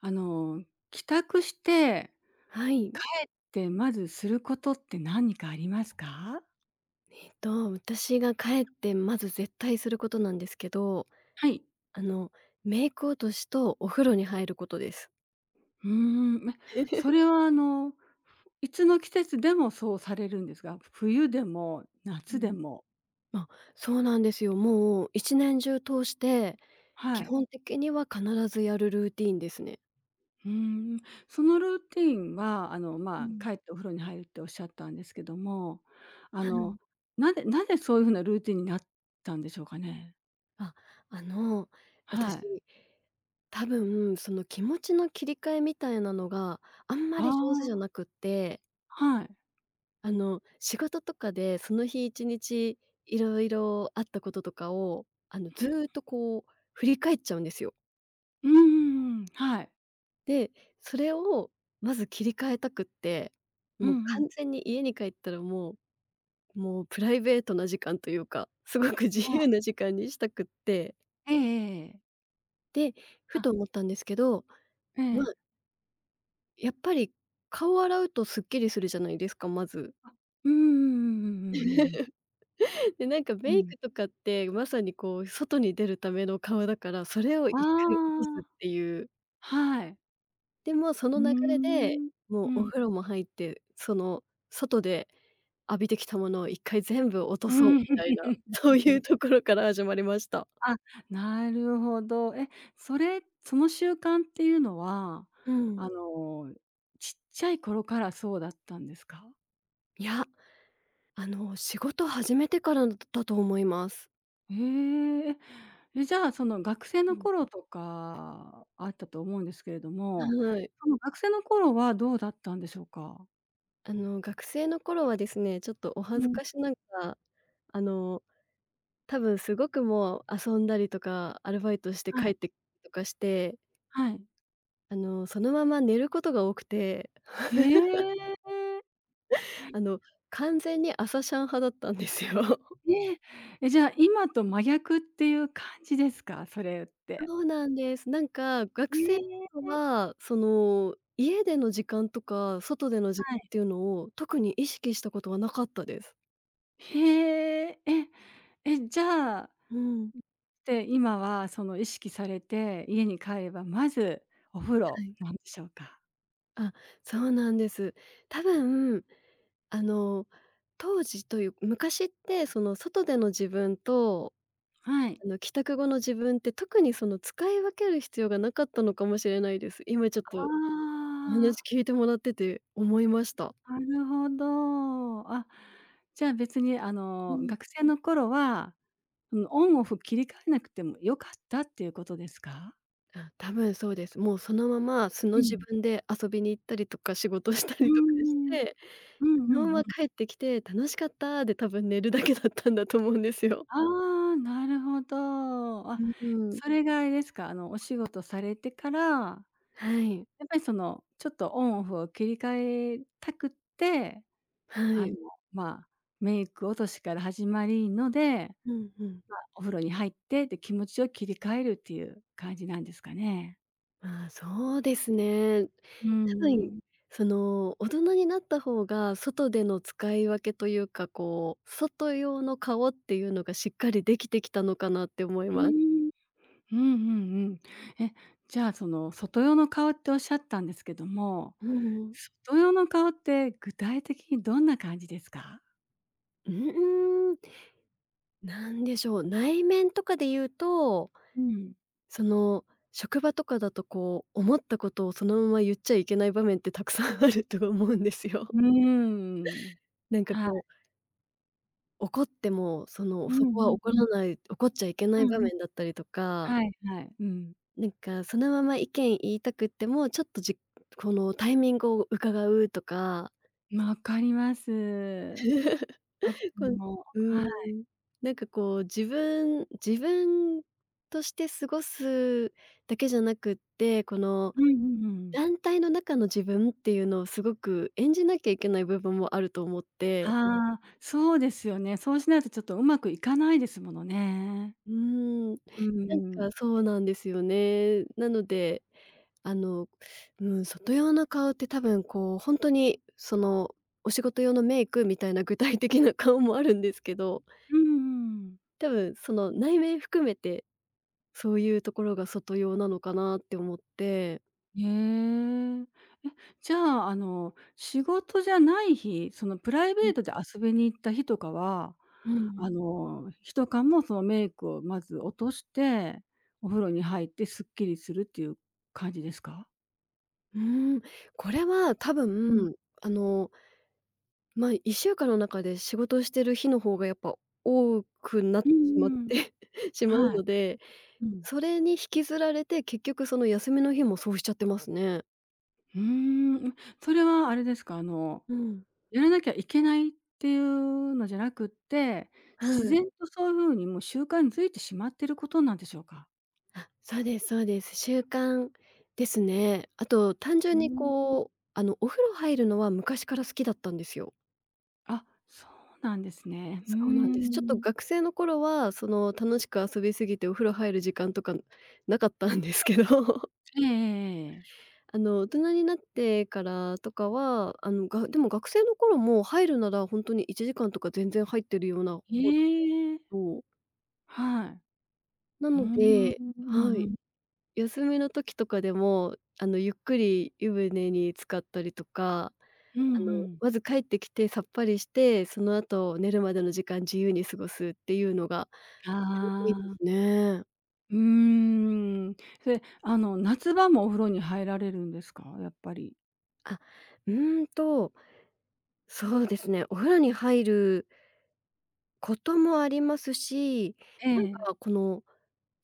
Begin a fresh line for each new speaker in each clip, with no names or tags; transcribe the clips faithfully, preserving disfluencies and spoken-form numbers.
あの、帰宅して、
はい。
で、まずすることって何かありますか？
えっと、私が帰ってまず絶対することなんですけど、
はい。
あの、メイク落としとお風呂に入ることです。
うーん、え、それ はあの、いつの季節でもそうされるんですか？冬でも
う
夏で
ん。
も。
あ、そうなんですよ。もう一年中通して、
は
基
い。
本的には必ずやるルーティーンですね。
うーん、そのルーティンは、あの、
う
まあ、
ん、
帰ってお風呂に入るっておっしゃったんですけども、あ
は
の、
い。
なぜなぜそういう風なルーティンになったんでしょうかね？
あ、あの、
は
私、
い。
多分その気持ちの切り替えみたいなのがあんま
あ
り上手じゃ
あ、
なくって
はい。
あの、仕事とかでその日いちにちいろいろあったこととかを、あの、ずーっとこう振り返っちゃうんですよ。
うんうんうん、はい。
で、それをまず切り替えたくって、
う
も
ん
う
うん。
完全に家に帰ったらもうもうプライベートな時間というか、すごく
は
自由
い。
な時間にしたくって、
ええええええ。
で、ふ
あ
と思ったんですけど、
え
まあ、
え。
やっぱり顔を洗うとすっきりするじゃないですか、まず。
うんうんうんうんうんうんうん。
で、なんか
う
メイ
ん。
クとかって、まさにこう外に出るための顔だから、それを
あ
一回落とす
あ、
っていう。
はい。
でもそ
う
の
ー
流れで、
ん。
も
う
うお
ん。
風呂も入って、その外で浴びてきたものを一回全部落と
う
そう
ん。
みたいな、そういう ところから始まりました。
あ、なるほど。え、それ、その習慣っていうのは、
うん。
あの、ちっちゃい頃からそうだったんですか？
いや、あの、仕事始めてからだだと思います。
へえ。え、じゃあ、その学生の
うん。
頃とかあったと思うんですけれども、
はい。
その学生の頃はどうだったんでしょうか？
あの、学生の頃はですね、ちょっとお
う
恥ず
ん、
かしながら、あの多分すごくもう遊んだりとか、アルバイトして
は
帰
い、
ってとかして、
はい。
あの、そのまま寝ることが多くて、
へえ。
あの、完全に朝シャン派だったんですよ。
ねえ。え、じゃあ、今と真逆っていう感じですか？それって。
そうなんです。なんか、学生
ええ。
は、その、家での時間とか、外での時間
は
っ
い。
ていうのを特に意識したことはなかったです。
へえ。え、え、じゃあ、
うん。
で、今はその意識されて、家に帰ればまずお風
は
呂
い。
なんでしょうか？
あ、そうなんです。多分、あの、当時という昔ってその外での自分と
はい。
あの、帰宅後の自分って特にその使い分ける必要がなかったのかもしれないです。今ちょっとお
あ
話聞いてもらってて思いました。
あ、なるほど。あ、じゃあ、別にあ
う
の、
ん。
学生の頃は、その、オンオフ切り替えなくても良かったっていうことですか？
あ、多分そうです。もうそのまま素の
う
自
ん。
分で遊びに行ったりとか仕事した
うー
りとかし
ん。うん
て、
うん
そのま
うん。
ま帰ってきて「楽しかった」で多分寝るだけだったんだと思うんですよ。
ああ、なるほど。あ、
うんうん。
それがあれですか、あの、お仕事されてから、
はい。
やっぱりその、ちょっとオンオフを切り替えたくって、
は
あ
い。
の、まあ、メイク落としから始まりので、
うんうん。
お風呂に入ってって気持ちを切り替えるっていう感じなんですかね。
まあ、そうですね。
うー
多分、
ん。
その、大人になった方が外での使い分けというか、こう、外用の顔っていうのがしっかりできてきたのかなって思い
うー
ます。
ん。うんうんうん。え、じゃあ、その、外用の顔っておっしゃったんですけども、
うん
外用の顔って具体的にどんな感じですか？
うーん、なんでしょう、内面とかで言うと、
うん。
その、職場とかだとこう、思ったことをそのまま言っちゃいけない場面ってたくさんあると思うんですよ。
うーん。
なんか
は
こ
い。
う、怒っても、そ
う
の、
ん
そこ
う
は
んう
怒
ん。
らない怒っちゃいけな
う
い
ん
場
うん。
面だったりとか
はいはい。うん。
なんか、そのまま意見言いたくっても、ちょっとじこのタイミングを伺うとか、
わかります。とっ
こ
て
う
も。
う
はい。
ーん、なんかこう、自分自分として過ごすだけじゃなくって、この
うんうんうん。
団体の中の自分っていうのをすごく演じなきゃいけない部分もあると思って
ああ、そうですよね。そうしないとちょっとうまくいかないですものね。
うーん、
うん
なん
う
か
ん。
そうなんですよね。なので、あの、うん、外用の顔って多分こうほんとにそのお仕事用のメイクみたいな具体的な顔もあるんですけど、
うんうん。
多分その内面含めて、そういうところが外用なのかなって思って。
へえ。え、じゃあ、あの、仕事じゃない日、そのプライ
う
ベ
ん
ートで遊びに行った日とかは、
うんうん。
あの、一缶もそのメイクをまず落として、お風呂に入ってすっきりするっていう感じですか？
うーん、これは多
うん。
分、あの、ま、いっしゅうかんの中で仕事してる日の方がやっぱ多くなっ
う
てしまっ
んうん。
て しまう
はい。
ので
うん。
それに引きずられて、結局その休みの日もそうしちゃってますね。
うーん、ん、それはあれですか、あの、
うん。
やらなきゃいけないっていうのじゃなくって、
は
自然
い。
とそういう風にもう習慣づいてしまってることなんでしょうか？
あ、そうですそうです。習慣ですね。あと単
う
純に
ーん。
こう、あの、お風呂入るのは昔から好きだったんですよ。
あ、そうなんですね。うー
そうなんです。ちょっ
ん。
と
ん。
学生の頃は、その、楽しく遊びすぎてお風呂入る時間とかなかったんですけど、
ええええええ。
あの、大人になってからとかは、あの、がでも学生の頃も入るなら本当にいちじかんとか全然入ってるような方だ
ええ。
と
はい。
な
うー
の
ん。う
では
んう
い。
ん。
休みの時とかでも、あの、ゆっくり湯船に浸かったりとか、
うんう
あの、
ん。
まず帰ってきてさっぱりして、その後寝るまでの時間自由に過ごすっていうのがルーティ
あ
ンです
あ、
ね。
うーん。それ、あの、夏場もお風呂に入られるんですか？やっぱり。
あ、うーんと、そうですね、お風呂に入ることもありますし、
え
なんか
え。
この、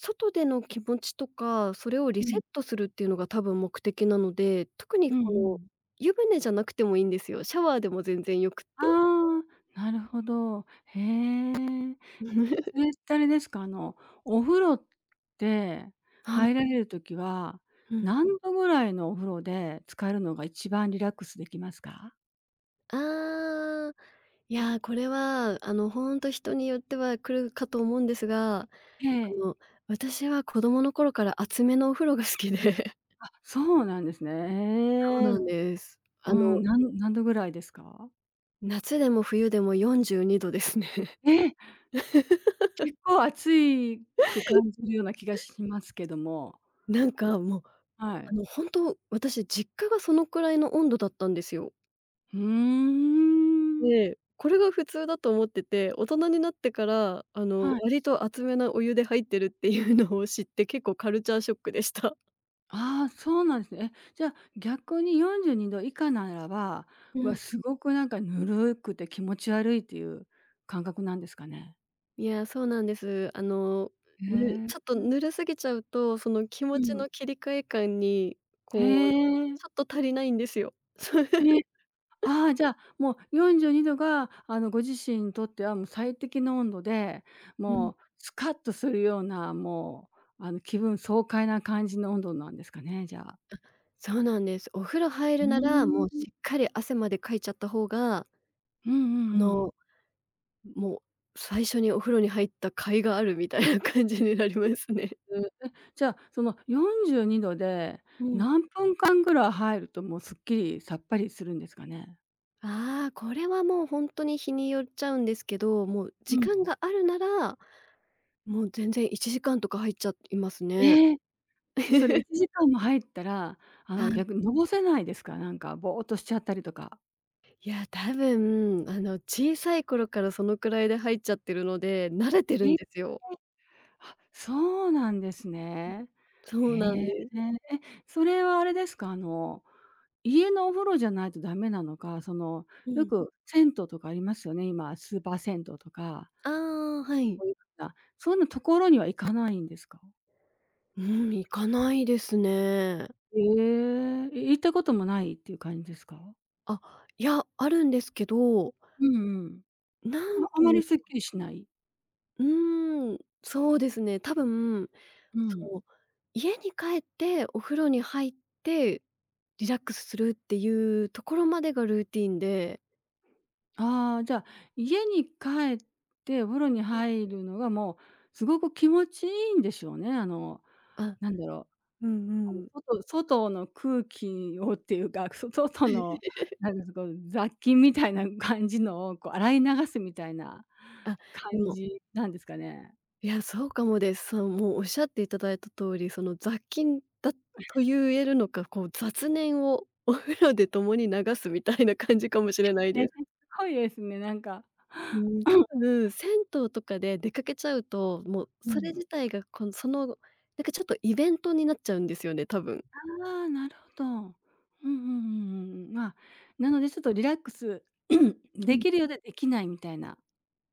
外での気持ちとか、それをリ
う
セ
ん。
ットするっていうのが多分目的なので、特に
うんう
この、
ん。
湯船じゃなくてもいいんですよ。シャワーでも全然よくって。
ああ、なるほど。へえ。それってあれですか、あの、お風呂って
はい。
入られる時は、
うん。
何度ぐらいのお風呂で浸かるのが一番リラックスできますか？
ああ、いや、これは、あの、ほんと人によっては来るかと思うんですが、あ
ええ。
の、私は子供の頃から熱めのお風呂が好きで
あ、そうなんですね。
そう
ええ。
なんです。
う
あ
ん、
の、
なん何度ぐらいですか？
夏でも冬でもよんじゅうにどですね。
ええ、結構熱いく感じ るような気がしますけども。
なんかもう、
は
あ
い。
の、ほんと、私実家がそのくらいの温度だったんですよ。
ふーん。
で、これが普通だと思ってて、大人になってから、あの、
はい。
割と熱めなお湯で入ってるっていうのを知って、結構カルチャーショックでした。
ああ、そうなんですね。え、じゃあ、逆によんじゅうにど以下ならば、う
う
わ、
ん。
すごくなんかぬるくて気持ち悪いっていう感覚なんですかね？
いや、そうなんです。あの、
へ
ぬ
え。
ちょっとぬるすぎちゃうと、その気
う
持ち
ん。
の切り替え感に、
へ
こう、
え。
ちょっと足りないんですよ。うん。
え、ああ、じゃあ、もうよんじゅうにどが、あの、ご自身にとってはもう最適の温度で、もう スカッとするような、もう、あの、気分爽快な感じの温度なんですかね、じゃあ。
そうなんです。お風呂入
う
るなら、
ー
もう
ん。
しっかり汗までかいちゃった方が、
うんうん
こ
うん。
の、もう最初にお風呂に入った甲斐があるみたいな感じになりますね。
うん、え、じゃあ、そのよんじゅうにどで
うん。
何分間ぐらい入ると、もうすっきりさっぱりするんですかね？
ああ、これはもうほんとに日によっちゃうんですけど、もう
う
時
ん、
間があるなら、もう全然いちじかんとか入っちゃいますね。
ええ。それ いちじかんも入ったら、あ
は
の、
い。
逆にのぼせないですか？なんかぼーっとしちゃったりとか。
いや、多分、あの、小さい頃からそのくらいで入っちゃってるので、慣れて
え
るん
え。
ですよ。
あ、そうなんですね。
そ
へ
うなんで
え。
す。
え、それはあれですか？あの、家のお風呂じゃないとダメなのか、その、
う
よ
ん。
く銭湯とかありますよね、今スーパー銭湯とか、
ああ、はい。
そういう風な、そういうのところには行かないんですか？
うん、行かないですね。
ええ、え、行ったこともないっていう感じですか？
あ、いや、あるんですけど、
うんうん。
な
あ、
ん
あ
と
ま
い
り
う、
すっきりしない？
うーん、そうですね、多分、
うん。
そう家に帰ってお風呂に入って、リラックスするっていうところまでがルーティンで、
ああ、じゃあ、家に帰ってお風呂に入るのがもうすごく気持ちいいんでしょうね。あの、
あ、
なんだろ
うん
う、あ
う
の、
ん。
外外の空気をっていうか、そ 外の なんですか、雑菌みたいな感じのをこう洗い流すみたいな
あ、で
感
も
じなんですかね。
いや、そうかもです。その、もうおっしゃっていただいた通り、その雑菌だと言えるのか、こう雑念を お風呂で共に流すみたいな感じかもしれない
ええ、
で
す
す。
ごいですね、なんか。
うん、多分銭湯とかで出かけちゃうと、もう
う
それ
ん。
自体がこのその、なんかちょっとイベントになっちゃうんですよね、多分。
ああ、なるほど。うんうんうんうんうん。まあ、なのでちょっとリラックス
う
で
ん。
きるようでできないみたいな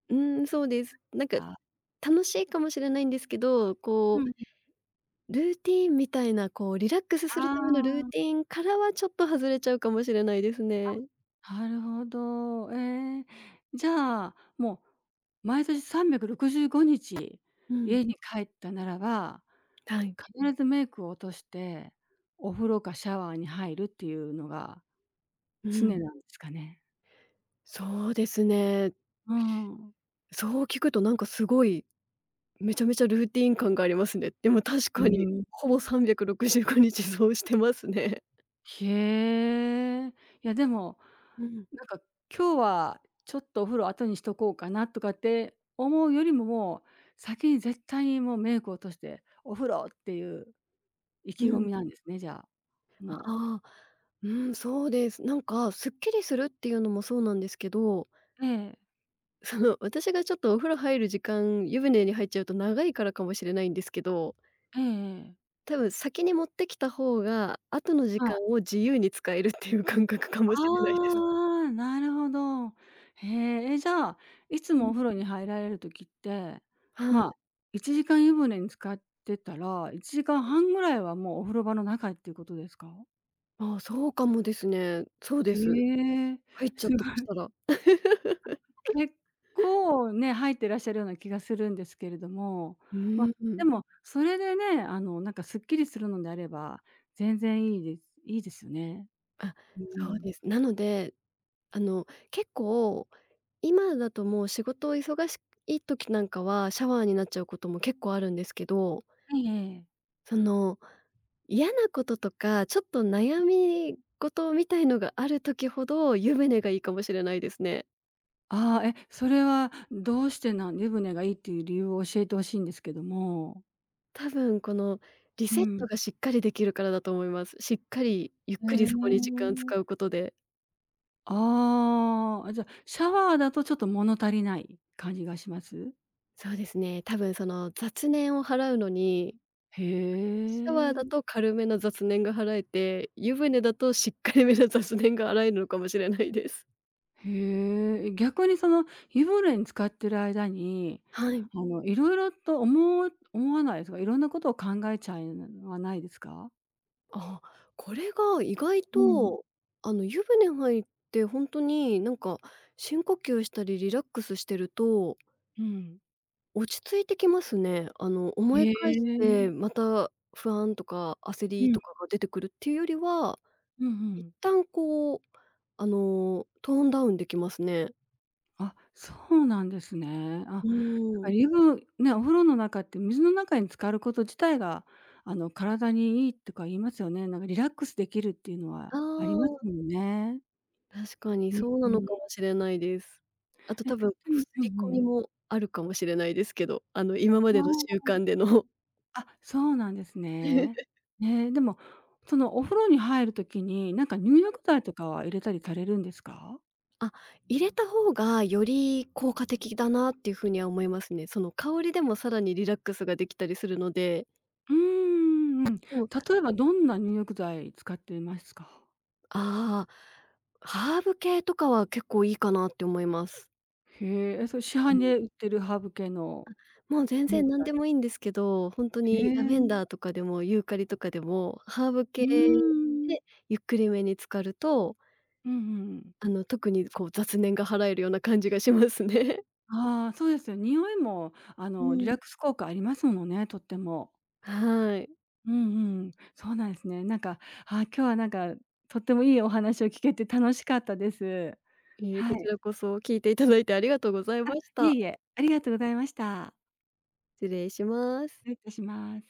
うん、そうです。なんか
あ
楽しいかもしれないんですけど、
う
こう
ん、
ルーティーンみたいな、こうリラックスするためのルー
あ
ティーンからはちょっと外れちゃうかもしれないですね。
あ、なるほど。えーじゃあ、もう毎年さんびゃくろくじゅうごにち
うん、
家に帰ったならば、
はい。
必ずメイクを落として、お風呂かシャワーに入るっていうのが
う
常
ん、
なんですかね？
そうですね。
うん。
そう聞くとなんかすごい、めちゃめちゃルーティン感がありますね。でも確
う
かに、
ん
ほぼさんびゃくろくじゅうごにちそうしてますね。
へえ。いや、でも、
うん、
なんか、今日はちょっとお風呂後にしとこうかなとかって思うよりも、もう先に絶対にもうメイクを落として、お風呂っていう意
う
気込
ん、
みなんですね、じゃあ。もう。
ああ、うん、そうです。なんかすっきりするっていうのもそうなんですけど、
ええ。
その私がちょっとお風呂入る時間、湯船に入っちゃうと長いからかもしれないんですけど、
ええええ。
多分先に持ってきた方が、後の時
は
間
い。
を自由に使えるっていう感覚かもしれないです。
ああ、なるほど。へえ。え、じゃあ、いつ
う
も
ん、
お風呂に入られる時って、
は
まあ、
い。
いちじかん湯船に浸かってたら、いちじかんはんぐらいはもうお風呂場の中っていうことですか？
ああ、そうかもですね。そうで
へ
す。
え、
入っちゃっ
すごい、
たとし たら。
結構ね、入ってらっしゃるような気がするんですけれども、
う
ま、
ー
で
ん。
も、それでね、あの、なんかすっきりするのであれば、全然いいですいいですよね。
あ、
う
そうで
ん。
す。なので、あの、結構、今だともう仕事忙しい時なんかはシャワーになっちゃうことも結構あるんですけど、
ええええ。
その、嫌なこととか、ちょっと悩み事みたいのがある時ほど、湯船がいいかもしれないですね。
ああ、え、それはどうしてなん湯船がいいっていう理由を教えて欲しいんですけども。
多分このリ
う
セッ
ん。
トがしっかりできるからだと思います。しっかりゆっ
へ
くりそこに時間使う
え。
ことで。
あ、あ、じゃ、シャワーだとちょっと物足りない感じがします？
そうですね、多分その雑念を払うのに、
へ
シャワーだ
え。
と軽めの雑念が払えて、湯船だとしっかりめの雑念が払えるのかもしれないです。
へえ、逆にその湯船に浸かってる間に、
はい。
あの、いろいろと思う思わないですか？いろんなことを考えちゃいはないですか？
あ、これが意外
うん、
と、あの、湯船入って本当になんか深呼吸したりリラックスしてると、
うん。
落ち着いてきますね。あの、
へ
思い返して
え。
また不安とか焦
う
り
ん
とかが出てくるっていうよりは、
うんう
一
ん。
旦こう、あの、トーンダウンできますね。
あ、そうなんですね。あ、
う
だ
ー
から
ん。
湯船ね、お風呂の中って水の中に浸かること自体が、あの、体にいいとか言いますよね。なんかリラックスできるっていうのはあります
あ
もんね。
あ、確かに
うん
そうな
う
のか
ん。
もしれないです。あと
え、
多分、
うん、
刷
う
り
んう
込み
ん。
もあるかもしれないですけど、あの、今ま
あ
での習
あ。
慣での。
あ、そうなんですね。ね、でも、そのお風呂に入る時に、なんか入浴剤とかは入れたりされるんですか？
あ、入れた方がより効果的だなっていう風には思いますね。その香りでもさらにリラックスができたりするので、
うーん、うん。例
でも、
えばどんな入浴剤使ってますか？
ああ、ハーブ系とかは結構いいかなって思います。
へえ、それ市
あ
販
の
で売ってるハーブ系の
もう全
入
然
浴
何
剤。
でもいいんですけど、ほんと
へ
にラ
え、
ベン
う
ダーとかでもユーカリとかでも、ハーブ
ー
系
ん。
でゆっくりめに浸かると、
うんうん。
あの、特にこう雑念が払えるような感じがしますね。
ああ、そうですよ。匂いもあ
う
のリラッ
ん。
クス効果ありますものね、とっても。
はい。
うんうん、そうなんですね。なんか、あ、今日はなんか、とってもいいお話を聞けて楽しかったです。
いいえ、こ
は
ち
い。
らこそ聞いていただいてありがとうございまし
いえ
た。
いえ、ありがとうございました。
失礼しま
失
す。
礼いたします。